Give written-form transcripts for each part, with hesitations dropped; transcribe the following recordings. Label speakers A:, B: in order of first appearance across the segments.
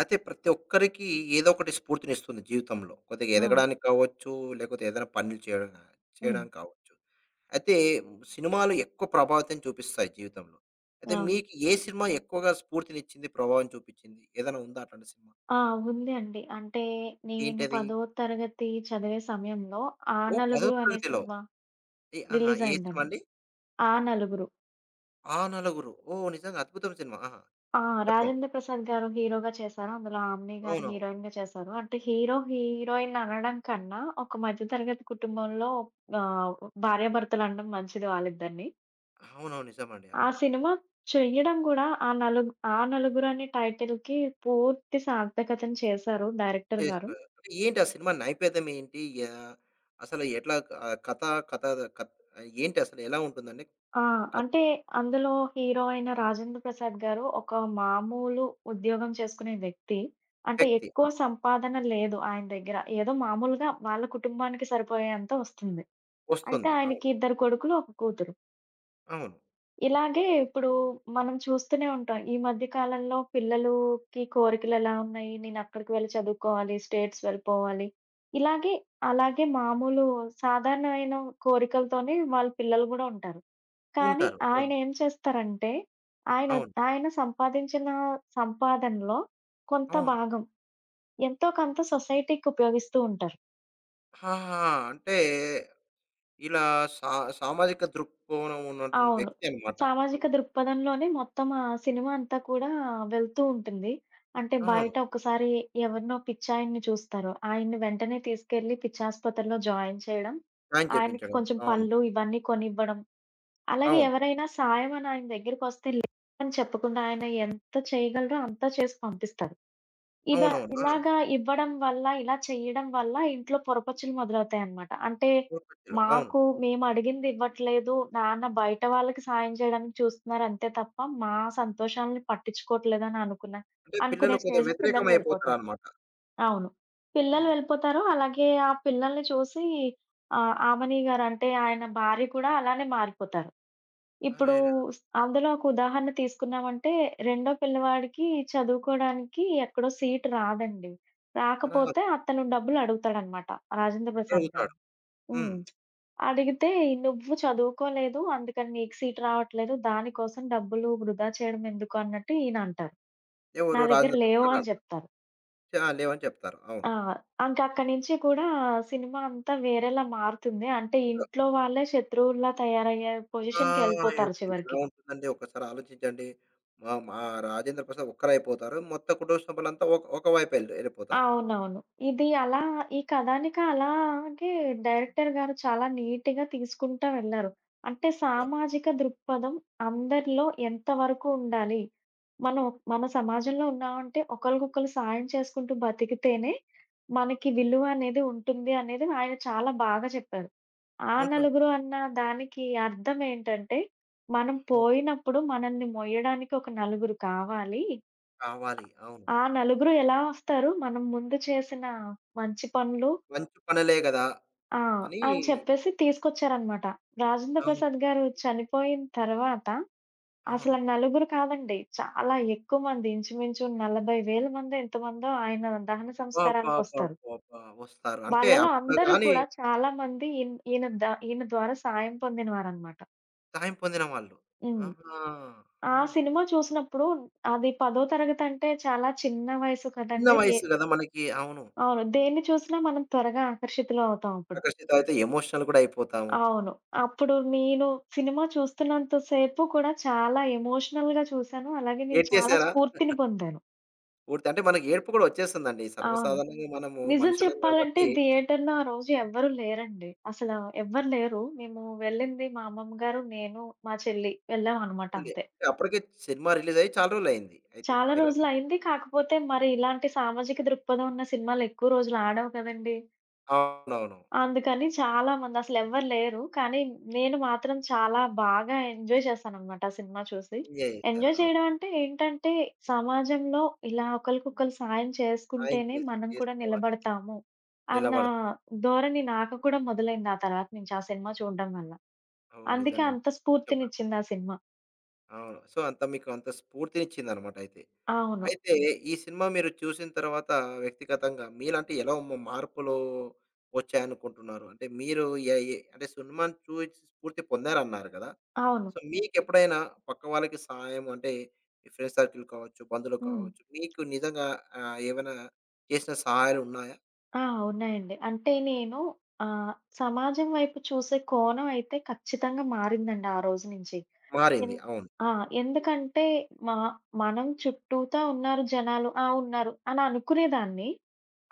A: అయితే ప్రతి ఒక్కరికి ఏదో ఒకటి స్ఫూర్తినిస్తుంది జీవితంలో. కొద్దిగా
B: అవును.
A: ఎదగడానికి కావచ్చు, లేకపోతే ఏదైనా పనులు చేయడం గా
B: హ్మ్.
A: చేయడానికి కావచ్చు. అయితే సినిమాలు ఎక్కువ ప్రభావితం చూపిస్తాయి జీవితంలో. అయితే
B: అవును.
A: మీకు ఏ సినిమా ఎక్కువగా స్ఫూర్తినిచ్చింది, ప్రభావం చూపించింది? ఏదైనా ఉందా అట్లాంటి సినిమా?
B: ఆ! ఉంది అండి. అంటే నేను
A: ఏంటది?
B: 10వ తరగతి చదివే సమయంలో 'ఆ
A: ఓహ్! 10వ
B: నలుగురు' అనే
A: తరగతిలో.
B: సినిమా
A: ఏ ఆహా!
B: రిలీజ్
A: ఏ సినిమా
B: అయిందండి.
A: అండి?
B: 'ఆ నలుగురు.'
A: ఆ నలుగురు. ఓహ్! నిజంగా అద్భుతం సినిమా. ఆహా!
B: ఆ!
A: చెప్పండి.
B: రాజేంద్ర ప్రసాద్ గారు హీరోగా చేశారు. అందులో ఆమ్ని గారు
A: అవునవును.
B: హీరోయిన్‌గా చేశారు. అంటే హీరో, హీరోయిన్ అనడం కన్నా ఒక మధ్య తరగతి కుటుంబంలో ఆహ్, భార్యాభర్తలు అనడం మంచిది వాళ్ళిద్దరిని.
A: అవునవును. నిజమండి.
B: ఆ
A: అవును.
B: సినిమా చెయ్యడం కూడా 'ఆ నలుగురు' అనే టైటిల్‌కి పూర్తి సార్థకతను చేశారు డైరెక్టర్ గారు.
A: చేసుకున్నారు. అంటే ఏంటి ఆ సినిమా నైపేతం ఏంటి? యాహ్! అసలు ఎట్లా కథ కథ కథ్ ఏంటి అసలు ఎలా ఉంటుందండి
B: ఆ!
A: కథ?
B: అంటే అందులో హీరో అయిన 'రాజేంద్ర ప్రసాద్' గారు ఒక మామూలు ఉద్యోగం చేసుకునే వ్యక్తి. అంటే
A: వ్యక్తి. ఆ!
B: ఎక్కువ సంపాదన లేదు ఆయన దగ్గర. ఏదో మామూలుగా వాళ్ళ కుటుంబానికి సరిపోయేంత వస్తుంది. అయితే
A: వస్తుంది. అవును.
B: ఆయనకి 2 కొడుకులు, 1 కూతురు.
A: అవును.
B: ఇలాగే ఇప్పుడు మనం చూస్తూనే ఉంటాం. ఈ మధ్య కాలంలో పిల్లలుకి కోరికలెలా ఉన్నాయి? నేనక్కడికి వెళ్ళి చదువుకోవాలి, స్టేట్స్ వెళ్ళిపోవాలి. ఇలాగే అలాగే మామూలు సాధారణమైన కోరికలతోనే వాళ్ళ పిల్లలు గూడా ఉంటారు. కానీ
A: ఉంటారు. అవును.
B: ఆయనేం చేస్తారంటే,
A: అవును.
B: ఆయన సంపాదించిన సంపాదనలో కొంత
A: అవును.
B: భాగం ఎంతో కొంత సొసైటీకి ఉపయోగిస్తూ ఉంటారు.
A: ఆహా! అంటే ఇలా సా సామాజిక దృక్కోణం ఉన్నటువంటి
B: అవును.
A: వ్యక్తి అన్నమాట.
B: సామాజిక దృక్పథంలోనే మొత్తం ఆ సినిమా అంతా కూడా వెళ్తూ ఉంటుంది. అంటే
A: అవును.
B: బయట ఒకసారి ఎవరినో పిచ్చాయన్ని చూస్తారు. ఆయన్ని వెంటనే తీసుకెళ్ళి పిచ్చాసుపత్రిలో జాయిన్ చేయడం,
A: న్యాయం
B: ఆయనకి
A: చేపించడం.
B: కొంచెం
A: అవును.
B: పళ్ళు ఇవన్నీ కొనివ్వడం. అలాగే
A: అవును.
B: ఎవరైనా సాయం అని ఆయన దగ్గరికొస్తే లేదని చెప్పకుండా ఆయన ఎంత చేయగలరో అంతా చేసి పంపిస్తారు. ఇవ
A: అవునవును. ఆ!
B: ఇలాగా ఇవ్వడం వల్ల, ఇలా చేయడం వల్ల ఇంట్లో పొరపచ్చులు మొదలవుతాయన్నమాట. అంటే
A: పూర్వజులు. అవును.
B: మాకు మేము అడిగింది ఇవ్వట్లేదు. నాన్న బయట వాళ్ళకి సాయం చేయడానికి చూస్తున్నారు అంతే తప్ప, మా సంతోషాల్ని పట్టించుకోవట్లేదని
A: అంటే పిల్లలు
B: అనుకునే
A: కొంచెం
B: స్టేజ్‌కి
A: వ్యతిరేకం
B: పిల్లలు వెళ్ళిపోతారు.
A: అయిపోతారన్నమాట.
B: అవును. పిల్లలు
A: హ్మ్.
B: వెళ్ళిపోతారు. అలాగే ఆ పిల్లల్ని చూసి ఆమని గారు అంటే ఆయన భార్య కూడా అలానే మారిపోతారు. ఇప్పుడు
A: అరెరే!
B: అందులో ఒక ఉదాహరణ తీసుకున్నామంటే, రెండో పిల్లవాడికి చదువుకోడానికి ఎక్కడో సీట్ రాదండి. రాకపోతే
A: రాదు.
B: అతను డబ్బులడుగుతాడనమాట రాజేంద్ర ప్రసాద్ గారు.
A: అడుగుతాడు. హ్మ్.
B: హ్మ్. అడిగితే, "నువ్వు చదువుకోలేదు, అందుకని నీకు సీట్ రావట్లేదు. దానికోసం డబ్బులు వృధా చేయడం ఎందుకు" అన్నట్టు ఈయన అంటారు.
A: ఎవరు
B: నా దగ్గర
A: రాజేంద్ర
B: లేవు
A: ప్రసాద్
B: అని
A: గారు?
B: చెప్తారు.
A: ఆ! లేవని చెప్తారు. అవును.
B: ఆ! ఇంక అక్కడి నుంచి కూడా సినిమా అంతా వేరేలా మారుతుంది. అంటే ఇంట్లో వాళ్ళే శత్రువుల్లా తయారయ్యే
A: ఆ!
B: పొజిషన్‌కెళ్ళిపోతారు
A: ఇప్పుడు ఎలా
B: చివరికి.
A: ఉంటుందండి ఒక్కసారి ఆలోచించండి. మా మా రాజేంద్ర ప్రసాద్ ఒక్కరైపోతారు. మొత్తం కుటుంబ సభ్యులంతా ఒక ఒక వైపు ఎళ్ళిపోతారు.
B: అవునవును. ఇది అలా ఈ కథానిక అలాగే డైరెక్టర్ గారు చాలా నీట్‌గా తీసుకుంటా వెళ్లారు. అంటే సామాజిక దృక్పథం అందరిలో ఎంతవరకు ఉండాలి? మనం మన సమాజంలో ఉన్నామంటే ఒకళ్ళకొకళ్ళు సాయం చేసుకుంటూ బతికితేనే మనకి విలువ అనేది ఉంటుంది అనేది ఆయన చాలా బాగా చెప్పారు. ఆ
A: ఉంటుంది.
B: నలుగురు అన్న దానికి అర్థం ఏంటంటే, మనం
A: హ్మ్.
B: పోయినప్పుడు మనల్ని మొయ్యడానికి ఒక నలుగురు కావాలి.
A: కావాలి. అవును.
B: ఆ నలుగురు ఎలా వస్తారు? మనం ముందు చేసిన మంచి పనులు
A: మంచి పనులే గదా!
B: ఆ!
A: అని
B: అని చెప్పేసి తీసుకొచ్చారనమాట. రాజేంద్ర
A: అవును.
B: ప్రసాద్ గారు చనిపోయిన తర్వాత, అసల
A: అవును.
B: నలుగురు కాదండి. చాలా ఎక్కువ మంది ఇంచుమించు 40,000 మందో, ఎంతమందో ఆయన దహన సంస్కారానికొస్తారు.
A: అబ్బబ్బబ్బబ్బబ్బా! వస్తారు. అంటే
B: వాళ్ళలో
A: అప్పుడు
B: అందరూ
A: గాని
B: కూడా చాలా మంది ఈన్ ఈయన ద ఈయన ద్వారా సాయం పొందినవారనమాట.
A: సహాయం పొందిన వాళ్ళు.
B: హ్మ్.
A: ఆహా! ఆ!
B: ఆ సినిమా చూసినప్పుడు అది 10వ తరగతంటే చాలా చిన్న వయసు
A: చిన్న
B: కదండీ!
A: వయసు గదా! మనకి. అవును.
B: అవును. దేన్ని చూసినా మనం త్వరగా ఆకర్షితులవుతాం అప్పుడు.
A: ఆకర్షిత అయితే ఎమోషనల్ గూడా అయిపోతాము.
B: అవును. అప్పుడు నేను సినిమా చూస్తున్నంత సేపు కూడా చాలా ఎమోషనల్‌గా చూసాను. అలాగే నేను చాలా
A: ఏడ్చేసారా?
B: స్ఫూర్తిని పొందాను.
A: పూర్తి అంటే మనకి ఏడుపు కూడా వచ్చేస్తుందండి.
B: అవును.
A: సర్వసాధారణంగా మనము
B: నిజం
A: మనుషులం
B: చెప్పాలంటే
A: కాబట్టి
B: థియేటర్‌లో ఆ రోజు ఎవ్వరు లేరండి. అసల ఎవ్వరు లేరు. మేము వెళ్ళింది మా అమ్మమ్మ గారు, నేను, మా చెల్లి వెళ్ళామనమాట
A: లే
B: అంతే.
A: అప్పటికే సినిమా రిలీజ్ అయ్యి చాలా రోజులయింది. అయితే
B: చాలా
A: మీరన్నట్టు.
B: రోజులయింది. కాకపోతే మరి ఇలాంటి సామాజిక దృక్పథం ఉన్న సినిమాలు ఎక్కువ రోజులు ఆడవు కదండీ!
A: అవునవును.
B: అందుకని చాలామంది అసలెవ్వరు లేరు. కానీ నేను మాత్రం చాలా బాగా ఎంజాయ్ చేశాననమాట ఆ సినిమా చూసి.
A: ఎంజాయ్ చేశారు.
B: ఎంజాయ్
A: అవును.
B: చేయడం అంటే ఏంటంటే, సమాజంలో ఇలా ఒకళ్ళకొకళ్ళు సాయం
A: సాయం
B: చేసుకుంటేనే
A: చేసు
B: మనం కూడా
A: చేసుకోవాలి.
B: నిలబడతాము అన్న
A: నిలబడతాం.
B: ధోరణి నాకు కూడా మొదలైంది ఆ తర్వాత నుంచి ఆ సినిమా చూడడం వల్ల.
A: అవును.
B: అందుకే
A: నిజంగా.
B: అంత
A: చెప్పారు.
B: స్ఫూర్తినిచ్చింది ఆ సినిమా.
A: అవును. సో, అంత మీకు అంత స్ఫూర్తినిచ్చిందన్నమాట అయితే.
B: అవును.
A: అయితే ఈ సినిమా మీరు చూసిన తర్వాత వ్యక్తిగతంగా మీలంటే ఎలా మార్పులు వచ్చాయనుకుంటున్నారు? అంటే మీరు ఎ ఎ అంటే సినిమాని చూసి స్ఫూర్తి పొందారన్నారు కదా!
B: అవును.
A: సో, మీకెప్పుడైనా పక్క వాళ్ళకి సహాయం అంటే, మీ ఫ్రెండ్స్ సర్కిల్ కావచ్చు, బంధువులు
B: హ్మ్.
A: కావచ్చు, మీకు నిజంగా ఏమైనా చేసిన సహాయాలున్నాయా?
B: ఆ! ఉన్నాయండి. అంటే నేను ఆహ్, సమాజం వైపు చూసే కోణం అయితే ఖచ్చితంగా మారిందండి ఆ రోజు నుంచి.
A: మారింది.
B: ఎన్
A: అవును.
B: ఆ! ఎందుకంటే మా మనం చుట్టూతా ఉన్నారు జనాలు. ఆ! ఉన్నారు అని అనుకునేదాన్ని.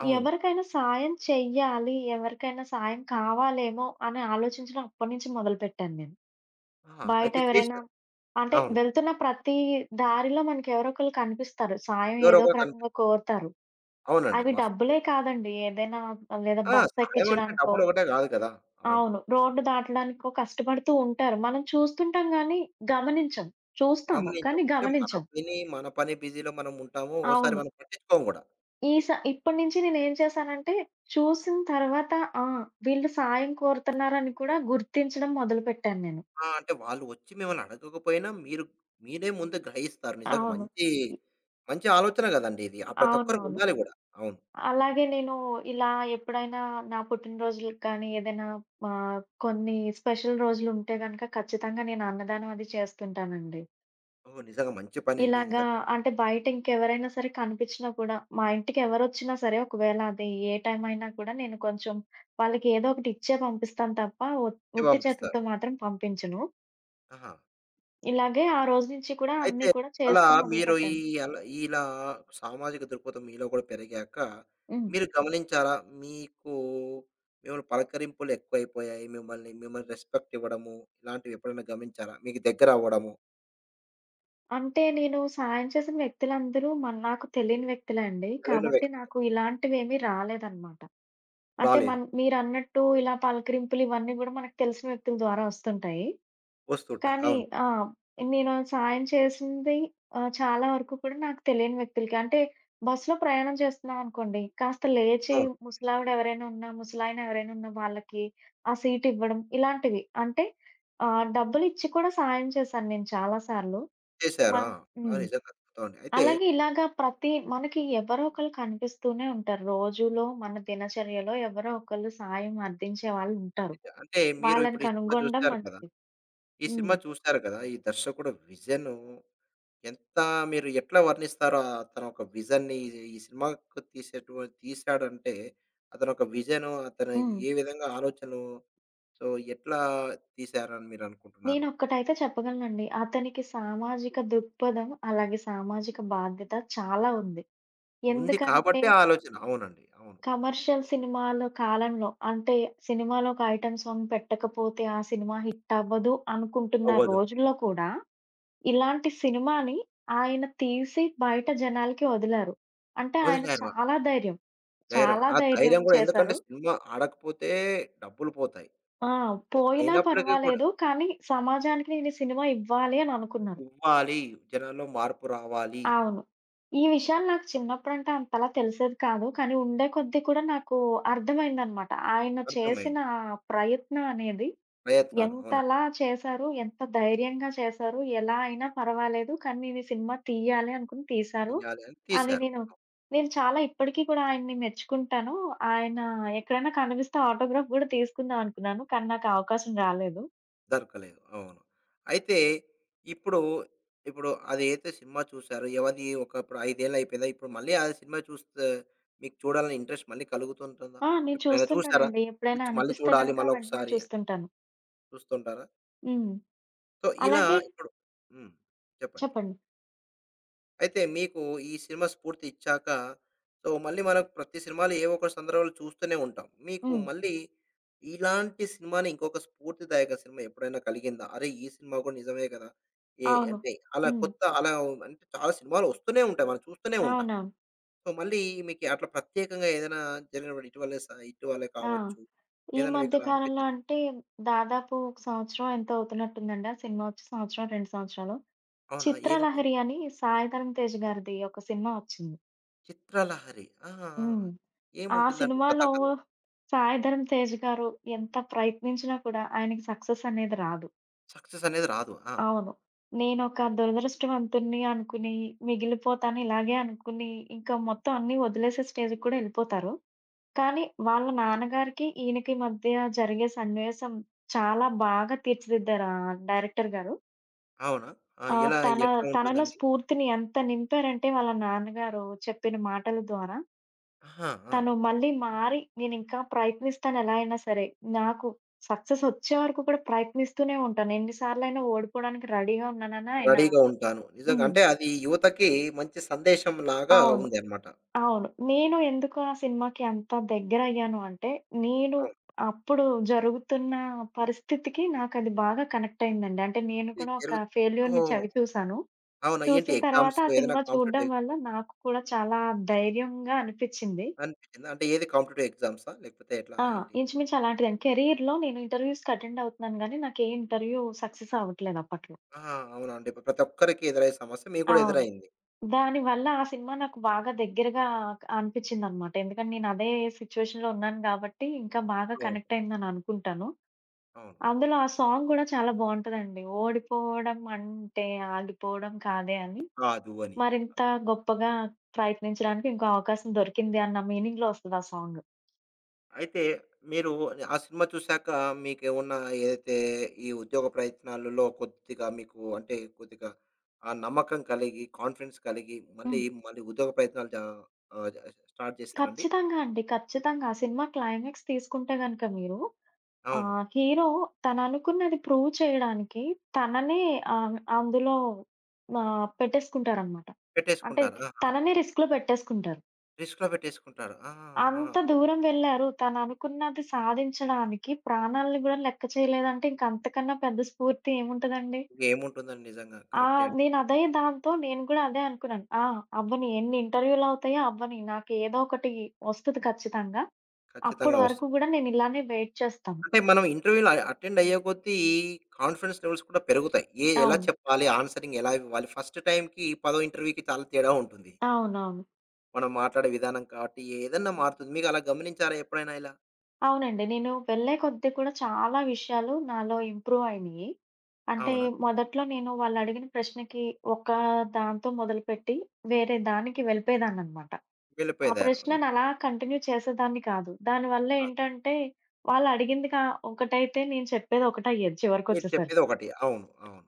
A: అవును.
B: ఎవరికైనా సాయం చెయ్యాలి, ఎవరికైనా సాయం కావాలేమో అని ఆలోచించడం అప్పటి నుంచి మొదలుపెట్టాను నేను.
A: ఆహా!
B: బయట
A: అయితే
B: ఎవరైనా
A: చేశారు.
B: అంటే
A: అవును.
B: వెళ్తున్న ప్రతి దారిలో మనకి ఎవరో ఒకళ్ళు కనిపిస్తారు. సాయం
A: ఎవరో
B: ఏదో
A: ఒకరు
B: ఒక
A: కనిపి
B: రకంగా కోరతారు.
A: అవునండి.
B: అవి
A: వాస్తవం.
B: డబ్బులే కాదండి. ఏదైనా లేదా
A: ఆ! సహాయం అంటే
B: బస్సెక్కించడానికో
A: డబ్బులొకటే కాదు కదా! అవును.
B: అవును. రోడ్డు దాటడానికో కష్టపడుతూ ఉంటారు. మనం చూస్తుంటాం గానీ, గమనించం. చూస్తాము,
A: గమనించాం.
B: కానీ
A: అంటే మన
B: గమనించం.
A: పని, మన పని బిజీలో మనం ఉంటాము. ఓసారి
B: అవును.
A: మనం పట్టించుకోము కూడా.
B: ఈ స ఇప్పటి నుంచి నేనేం చేశానంటే, చూసిన తర్వాత ఆ! వీళ్ళు సాయం కోరుతున్నారని కూడా గుర్తించడం మొదలుపెట్టాను నేను.
A: ఆ! అంటే వాళ్ళు వచ్చి మిమ్మల్ని అడగకపోయినా మీరు మీరే ముందు గ్రహిస్తారు. నిజంగా
B: అవును.
A: మంచి,
B: ఇ
A: మంచి ఆలోచన కదండీ ఇది. ఆ! ప్రతి ఒక్కరికి
B: అవునవును.
A: ఉండాలి కూడా. అవును.
B: అలాగే నేను ఇలా ఎప్పుడైనా నా పుట్టినరోజులకి కానీ, ఏదైనా కొన్ని స్పెషల్ రోజులుంటే గనక ఖచ్చితంగా నేను అన్నదానం అది చేస్తుంటానండి.
A: ఓహ్! నిజంగా మంచి పనండి.
B: ఇలాగా
A: నిజంగా
B: అంటే బయట ఇంకెవరైనా సరే కనిపించినా కూడా, మా ఇంటికి ఎవరొచ్చినా సరే ఒకవేళ అది ఏ టైం అయినా కూడా నేను కొంచెం వాళ్ళకి ఏదో ఒకటి ఇచ్చే పంపిస్తాను తప్ప
A: ఇచ్చి
B: ఉట్టి
A: పంపిస్తారు.
B: చేతులతో మాత్రం పంపించను.
A: ఆహా!
B: ఇలాగే ఆ రోజు నుంచి కూడా
A: అయితే
B: అన్నీ కూడా
A: అలా
B: చేస్తూ
A: మీరు ఈ
B: మొదలుపెట్టాను.
A: అలా ఇలా సామాజిక దృక్పథం మీలో కూడా పెరిగాక,
B: హ్మ్.
A: మీరు గమనించారా? మీకు మిమ్మల్ని పలకరింపులు ఎక్కువైపోయాయి. మిమ్మల్ని మిమ్మల్ని రెస్పెక్ట్ ఇవ్వడము, ఇలాంటివి ఎప్పుడైనా గమనించారా? మీకు దగ్గర అవ్వడము
B: అంటే నేను సాయం చేసిన వ్యక్తులందరూ నాకు తెలియని వ్యక్తులే అండి.
A: తెలియని
B: కాబట్టి
A: వ్యక్తులు
B: నాకు ఇలాంటివేమీ రాలేదనమాట. అంటే
A: రాలేదు.
B: మీరన్నట్టు ఇలా పలకరింపులు ఇవన్నీ గూడా మనకు తెలిసిన వ్యక్తుల ద్వారా వస్తుంటాయి.
A: వస్తుంటాయి.
B: కానీ
A: అవును.
B: ఆ! నేను సాయం చేసింది చాలా వరకు కూడా నాకు తెలియని వ్యక్తులకి. అంటే బస్సులో ప్రయాణం చేస్తున్నామనుకోండి, కాస్త లేచి
A: అవును.
B: ముసలావిడ ఎవరైనా ఉన్నా, ముసలాయన ఎవరైనా ఉన్నా వాళ్ళకి ఆ సీట్ ఇవ్వడం ఇలాంటివి. అంటే డబ్బులిచ్చి కూడా సాయం చేశాను నేను చాలా సార్లు.
A: చేశారు.
B: మన
A: ఆ! ఆ!
B: హ్మ్.
A: నిజంగా అద్భుతం అండి. అయితే
B: అలాగే ఇలాగా ప్రతి మనకి ఎవరో ఒకళ్ళు కనిపిస్తూనే ఉంటారు. రోజులో మన దినచర్యలో ఎవరో ఒకళ్ళు సాయం అందించే వాళ్ళుంటారు.
A: అంటే మీరు
B: వాళ్ళని
A: ఇప్పుడు ఈ సినిమా
B: కనుగొనడం
A: చూసారు కదా!
B: మంచిది.
A: ఈ
B: హ్మ్.
A: సినిమా చూసారు కదా! ఈ దర్శకుడు విజను ఎంత మీరు ఎట్లా వర్ణిస్తారో తన ఒక విజన్‌ని ఈ సినిమాకు తీశాడంటే అతను ఒక విజను, అతను
B: హ్మ్.
A: ఏ విధంగా ఆలోచనలు సో, ఎట్లా తీశారని మీరు అనుకుంటున్నారు?
B: నేనొక్కటైతే చెప్పగలనండి. అతనికి సామాజిక దృక్పథం, అలాగే సామాజిక బాధ్యత చాలా ఉంది.
A: ఉంది
B: ఎందుకంటే
A: కాబట్టే ఆ ఆలోచన. అవునండి. అవును.
B: కమర్షియల్ సినిమాల కాలంలో అంటే సినిమాలో ఒక ఐటెమ్ సాంగ్ పెట్టకపోతే ఆ సినిమా హిట్ అవ్వదు అనుకుంటున్న
A: అవ్వదు.
B: రోజుల్లో కూడా ఇలాంటి సినిమాని ఆయన తీసి బయట జనాలకి వదిలారు. అంటే ఆయన
A: వదిలారు.
B: చాలా ధైర్యం,
A: ధైర్యం.
B: చాలా
A: ఆ
B: ధైర్యం
A: ధైర్యం కూడా ఎందుకంటే
B: చేశారు.
A: సినిమా ఆడకపోతే డబ్బులు పోతాయి.
B: ఆ!
A: సో,
B: పోయినా
A: అయినప్పటికీ కూడా
B: పర్వాలేదు కానీ సమాజానికి నేను ఈ సినిమా ఇవ్వాలి అని అనుకున్నారు.
A: ఇవ్వాలి, జనాల్లో మార్పు రావాలి.
B: అవును. ఈ విషయాలు నాకు చిన్నప్పుడంటే అంతలా తెలిసేది కాదు. కానీ ఉండే కొద్దీ కూడా నాకు అర్థమైందనమాట. ఆయన చేసిన
A: అర్థమైంది.
B: ప్రయత్నం అనేది
A: ప్రయత్నాలు అవునండి.
B: ఎంతలా చేశారు, ఎంత ధైర్యంగా చేశారు, ఎలా అయినా పర్వాలేదు కానీ నేను ఈ సినిమా తీయాలి అనుకుని తీశారు.
A: తీయాలి అని
B: అని
A: తీశారు.
B: నేను నేను చాలా ఇప్పటికి కూడా ఆయన్ని మెచ్చుకుంటాను. ఆయన ఎక్కడైనా కనిపిస్తే ఆటోగ్రాఫ్ గూడా తీసుకుందాం అనుకున్నాను. కానీ నాకు అవకాశం రాలేదు.
A: దొరకలేదు. అవును. అయితే ఇప్పుడు, ఇప్పుడు అదైతే సినిమా చూసారో ఎవరిది ఒక ఇప్పుడు 5 ఏళ్ళు అయిపోయిందా? ఇప్పుడు మళ్ళీ ఆ సినిమా చూస్తే మీకు చూడాలని ఇంట్రెస్ట్ మళ్ళీ కలుగుతుంటుందా?
B: నేను
A: ఎప్పుడైనా చూసారా?
B: చూస్తుంటానండి. ఎప్పుడైనా
A: మళ్ళీ
B: అనిపిస్తే
A: చూడాలి
B: గనక వెంటనే
A: మళ్ళొకసారి
B: చూస్తుంటాను.
A: చూస్తుంటారా?
B: హ్మ్.
A: సో, ఇలా
B: అలాగే
A: ఇప్పుడు హ్మ్. చెప్పండి.
B: చెప్పండి.
A: అయితే మీకు ఈ సినిమా స్ఫూర్తి ఇచ్చాక, సో, మళ్ళీ మనం ప్రతి సినిమాలో ఏవో ఒక సందర్భాలు చూస్తూనే ఉంటాం. మీకు
B: హ్మ్.
A: మళ్ళీ ఇలాంటి సినిమాని ఇంకొక స్ఫూర్తిదాయక సినిమా ఎప్పుడైనా కలిగిందా? అరే! ఈ సినిమా కూడా నిజమే కదా! ఏ
B: అవును.
A: అంటే అలా
B: హ్మ్.
A: కొత్త అలా అంటే చాలా సినిమాలు వస్తూనే ఉంటాయి. మనం చూస్తూనే ఉంటాం.
B: అవునవును.
A: సో, మళ్ళీ మీకు అట్లా ప్రత్యేకంగా ఏదైనా జరిగినప్పుడు ఇటీవలే
B: ఆ!
A: కావచ్చు.
B: ఈ
A: ఏదైనా మీకు
B: మధ్య
A: అలా
B: కాలంలో
A: అనిపించింది
B: అంటే దాదాపు ఒక సంవత్సరం ఎంతో అవుతున్నట్టుందండి. ఆ సినిమా వచ్చి సంవత్సరం, 2 సంవత్సరాలు.
A: అవునా? ఏదండి?
B: 'చిత్రలహరి' అని సాయి ధరమ్ తేజ్ గారిది ఒక సినిమా వచ్చింది.
A: 'చిత్రలహరి.' ఆ! ఆ! ఆ!
B: హ్మ్. ఆ
A: ఏముంటుందండి కథ,
B: సినిమాలో
A: కథ?
B: సాయి ధరమ్ తేజ్ గారు ఎంత ప్రయత్నించినా కూడా ఆయనకి సక్సెస్ అనేది రాదు.
A: సక్సెస్ అనేది రాదు. ఆ!
B: అవును. నేనొక దురదృష్టవంతుడిని అనుకుని మిగిలిపోతాను ఇలాగే అనుకుని ఇంకా మొత్తం అన్నీ వదిలేసే స్టేజ్‌కి కూడా ఎళ్ళిపోతారు. కానీ వాళ్ళ నాన్నగారికి, ఈయనకి మధ్య జరిగే సన్నివేశం చాలా బాగా తీర్చిదిద్దారు ఆ డైరెక్టర్ గారు.
A: అవునా? ఆ!
B: ఆహ్,
A: ఎలా?
B: తన
A: ఎట్లా
B: తనలో
A: ఉంటుందండి?
B: స్ఫూర్తిని ఎంత నింపారంటే వాళ్ళ నాన్నగారు చెప్పిన మాటల ద్వారా,
A: ఆహా! ఆ!
B: తను మళ్ళీ మారి నేనింకా ప్రయత్నిస్తాను ఎలా అయినా సరే. నాకు సక్సెస్ వచ్చే వరకు కూడా ప్రయత్నిస్తూనే ఉంటాను. ఎన్ని సార్లైనా ఓడిపోవడానికి రెడీగా ఉన్నానని ఆయన.
A: రెడీగా ఉంటాను. నిజంగా
B: హ్మ్.
A: అంటే అది యువతకి మంచి సందేశంలాగా
B: అవును.
A: ఉందన్నమాట.
B: అవును. నేను ఎందుకు ఆ సినిమాకి అంత దగ్గరయ్యాను అంటే, నేను
A: అవును.
B: అప్పుడు జరుగుతున్న పరిస్థితికి నాకది బాగా కనెక్ట్ అయిందండి. అంటే నేను
A: ఇది
B: కూడా
A: జరుగు
B: ఒక ఫెయిల్యూర్‌ని
A: ఓహ్!
B: చవి చూశాను.
A: అవునా? ఏంటి
B: చూసిన తర్వాత
A: ఎగ్జామ్స్
B: ఆ
A: ఏదైనా
B: సినిమా చూడడం
A: కాంపిటీటివ్
B: వల్ల నాకు కూడా చాలా ధైర్యంగా అనిపిచ్చింది.
A: అనిపించిందా? అంటే ఏది కాంపిటీటివ్ ఎగ్జామ్సా? లేకపోతే ఎట్లా
B: ఆ!
A: ఏంటి?
B: ఇంచుమించు అలాంటిదండి. కెరీర్‌లో నేను ఇంటర్వ్యూస్‌కి అటెండ్ అవుతున్నాను గానీ, నాకే ఇంటర్వ్యూ సక్సెస్ అవ్వట్లేదు అప్పట్లో.
A: ఆ! అవునండి. ప్రతి ఒక్కరికి ఎదురయ్యే సమస్య మీకు కూడా
B: అవును.
A: ఎదురైంది.
B: దానివల్ల ఆ సినిమా నాకు బాగా దగ్గరగా అనిపిచ్చిందనమాట. ఎందుకంటే నేను అదే సిట్యుయేషన్‌లో ఉన్నాను గాబట్టి, ఇంకా బాగా
A: అవును.
B: కనెక్ట్ అయిందని అనుకుంటాను.
A: అవును.
B: అందులో ఆ సాంగ్ గూడా చాలా బావుంటదండి. ఓడిపోవడం అంటే ఆగిపోవడం కాదే అని,
A: కాదు అని.
B: మరింత గొప్పగా ప్రయత్నించడానికి ఇంకో అవకాశం దొరికింది అన్న మీనింగ్‌లో వస్తది ఆ సాంగ్.
A: అయితే మీరు ఆ సినిమా చూసాక మీకేమన్నా ఏదైతే ఈ ఉద్యోగ ప్రయత్నాలలో కొద్దిగా మీకు అంటే కొద్దిగా ఆ నమ్మకం కలిగి, కాన్ఫిడెన్స్ కలిగి మళ్ళీ
B: హ్మ్.
A: మళ్ళీ ఉద్యోగ ప్రయత్నాలు జా ఆహ్, జ స్టార్ట్ చేసారండి?
B: ఖచ్చితంగా అండి. ఖచ్చితంగా. ఆ సినిమా క్లైమాక్స్ తీసుకుంటే గనక మీరు ఆ!
A: అవును.
B: హీరో తననుకున్నది ప్రూవ్ చేయడానికి తననే అందులో పెట్టేసుకుంటారనమాట. అంటే
A: పెట్టేసుకుంటారు. ఆహా!
B: తననే రిస్క్‌లో పెట్టేసుకుంటారు.
A: రిస్క్‌లో పెట్టేసుకుంటారు. ఆ! ఆ! ఆ!
B: అంత
A: అవును.
B: దూరం వెళ్లారు. తననుకున్నది సాధించడానికి ప్రాణాల్ని గూడా లెక్క చేయలేదంటే ఇంక అంతకన్నా పెద్ద స్ఫూర్తి ఏముంటదండి?
A: ఇంకా ఏముంటుందండి నిజంగా
B: ఆ!
A: కరెక్టే అండి.
B: నేనదే దాంతో నేను గూడా అదే అనుకున్నాను. అవ్వని ఎన్ని ఇంటర్వ్యూలవుతాయో అవ్వని నాకు ఏదో ఒకటి వస్తది ఖచ్చితంగా.
A: ఖచ్చితంగా
B: అప్పటి వరకు
A: వస్తుంది.
B: గూడా నేను ఇలానే వెయిట్ చేస్తాను.
A: అంటే మనం ఇంటర్వ్యూలో అటెండ్ అయ్యే కొద్దీ కాన్ఫిడెన్స్ లెవెల్స్ కూడా పెరుగుతాయి. ఏ ఎలా
B: అవును.
A: చెప్పాలి? ఆన్సరింగ్ ఎలా ఇవ్వాలి? ఫస్ట్ టైమ్‌కి పదో ఇంటర్వ్యూకి చాలా తేడా ఉంటుంది.
B: అవునవును.
A: మనం మాట్లాడే విధానం కాబట్టి ఏదన్నా మారుతుంది. మీకు అలా గమనించారా ఎప్పుడైనా ఇలా?
B: అవునండి. నేను వెళ్ళే కొద్దీ కూడా చాలా విషయాలు నాలో ఇంప్రూవ్ అయినియి. అంటే
A: అవునా?
B: మొదట్లో నేను వాళ్ళడిగిన ప్రశ్నకి ఒక దాంతో మొదలుపెట్టి వేరే దానికి వెళ్ళిపోయేదాన్ననమాట. ఆ
A: వెళ్ళిపోయారు. హ్మ్.
B: ప్రశ్నను అలా కంటిన్యూ చేసేదాన్ని కాదు. దానివల్ల
A: కాదు.
B: ఏంటంటే వాళ్ళడిగింది కా ఒకటైతే నేను చెప్పేది ఒకటయ్యేది
A: మీరు చెప్పేది
B: చివరికొచ్చేసరికి.
A: ఒకటి. అవును. అవును.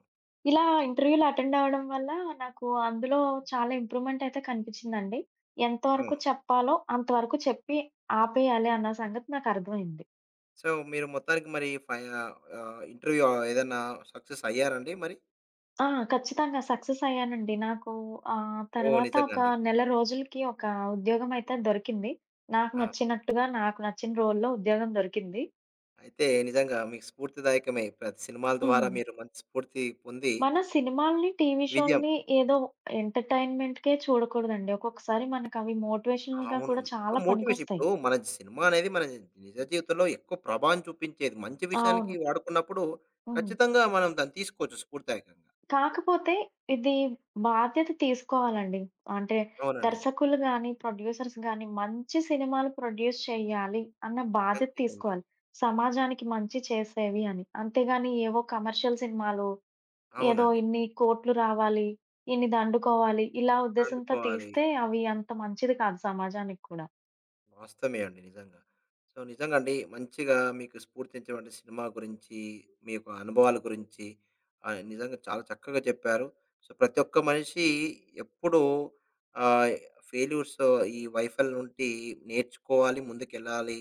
B: ఇలా ఇంటర్వ్యూలు అటెండ్ అవ్వడం వల్ల నాకు అందులో చాలా ఇంప్రూవ్‌మెంట్ అయితే కనిపిచ్చిందండి. ఎంతవరకు
A: అవును.
B: చెప్పాలో అంతవరకు చెప్పి ఆపేయాలి అన్న సంగతి నాకర్థమైంది.
A: సో, మీరు మొత్తానికి మరి ఇంటర్వ్యూ ఏదన్నా సక్సెస్ అయ్యారండి మరి?
B: ఖచ్చితంగా సక్సెస్ అయ్యానండి. నాకు
A: ఓహ్!
B: తర్వాత
A: నిజంగా
B: ఒక
A: అండి.
B: నెల రోజులకి ఒక ఉద్యోగమయితే దొరికింది. నాకు
A: ఆ!
B: నచ్చినట్టుగా, నాకు నచ్చిన రోల్‌లో ఉద్యోగం దొరికింది.
A: అయితే నిజంగా మీకు స్ఫూర్తిదాయకమే. ప్రతి సినిమాల ద్వారా
B: హ్మ్.
A: మీరు మంచి స్ఫూర్తి పొంది
B: మన సినిమాల్ని, టీవీ
A: విజయం
B: షోల్ని ఏదో ఎంటర్‌టైన్‌మెంట్‌కే చూడకూడదండి. ఒక్కొక్కసారి మనకవి మోటివేషనల్‌గా
A: అవును.
B: కూడా చాలా
A: మోటివేషన్
B: పనికొస్తాయి.
A: ఇప్పుడు మన సినిమా అనేది మన నిజ జీవితంలో ఎక్కువ ప్రభావం చూపించేది. మంచి విషయానికి
B: అవును.
A: వాడుకున్నప్పుడు
B: హ్మ్.
A: ఖచ్చితంగా మనం దాన్ని తీసుకోవచ్చు స్ఫూర్తిదాయకంగా.
B: కాకపోతే ఇది బాధ్యత తీసుకోవాలండి. అంటే
A: అవునండి.
B: దర్శకులు గాని, ప్రొడ్యూసర్స్ గాని మంచి సినిమాలు ప్రొడ్యూస్ చేయాలి అన్న బాధ్యత
A: మంచి సినిమా.
B: తీసుకోవాలి. సమాజానికి మంచి చేసేవి అని. అంతేగాని ఏవో కమర్షియల్ సినిమాలు ఏదో
A: అవునండి.
B: ఇన్ని కోట్లు రావాలి, ఇన్ని దండుకోవాలి ఇలా ఉద్దేశంతో
A: అందుకోవాలి.
B: తీస్తే అవి అంత మంచిది కాదు సమాజానికి కూడా.
A: వాస్తవమే అండి నిజంగా. సో, నిజంగా అండి మంచిగా మీకు స్ఫూర్తించేటువంటి సినిమా గురించి, మీ యొక్క అనుభవాల గురించి నిజంగా చాలా చక్కగా చెప్పారు. సో, ప్రతి ఒక్క మనిషి ఎప్పుడూ ఆహ్, ఫెయిల్యూర్స్ ఈ వైఫల్యం నుండి నేర్చుకోవాలి, ముందుకెళ్ళాలి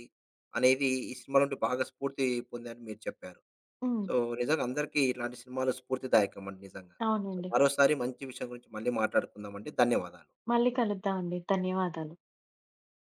A: అనేది ఈ సినిమా నుండి బాగా స్ఫూర్తి పొందని మీరు చెప్పారు.
B: హ్మ్.
A: సో, నిజంగా అందరికీ ఇలాంటి సినిమాలు స్ఫూర్తిదాయకం అండి నిజంగా. సో,
B: అవునండి.
A: మరోసారి మంచి విషయం గురించి మళ్ళీ మాట్లాడుకుందామండి. ధన్యవాదాలు.
B: మళ్ళీ కలుద్దామండి. ధన్యవాదాలు.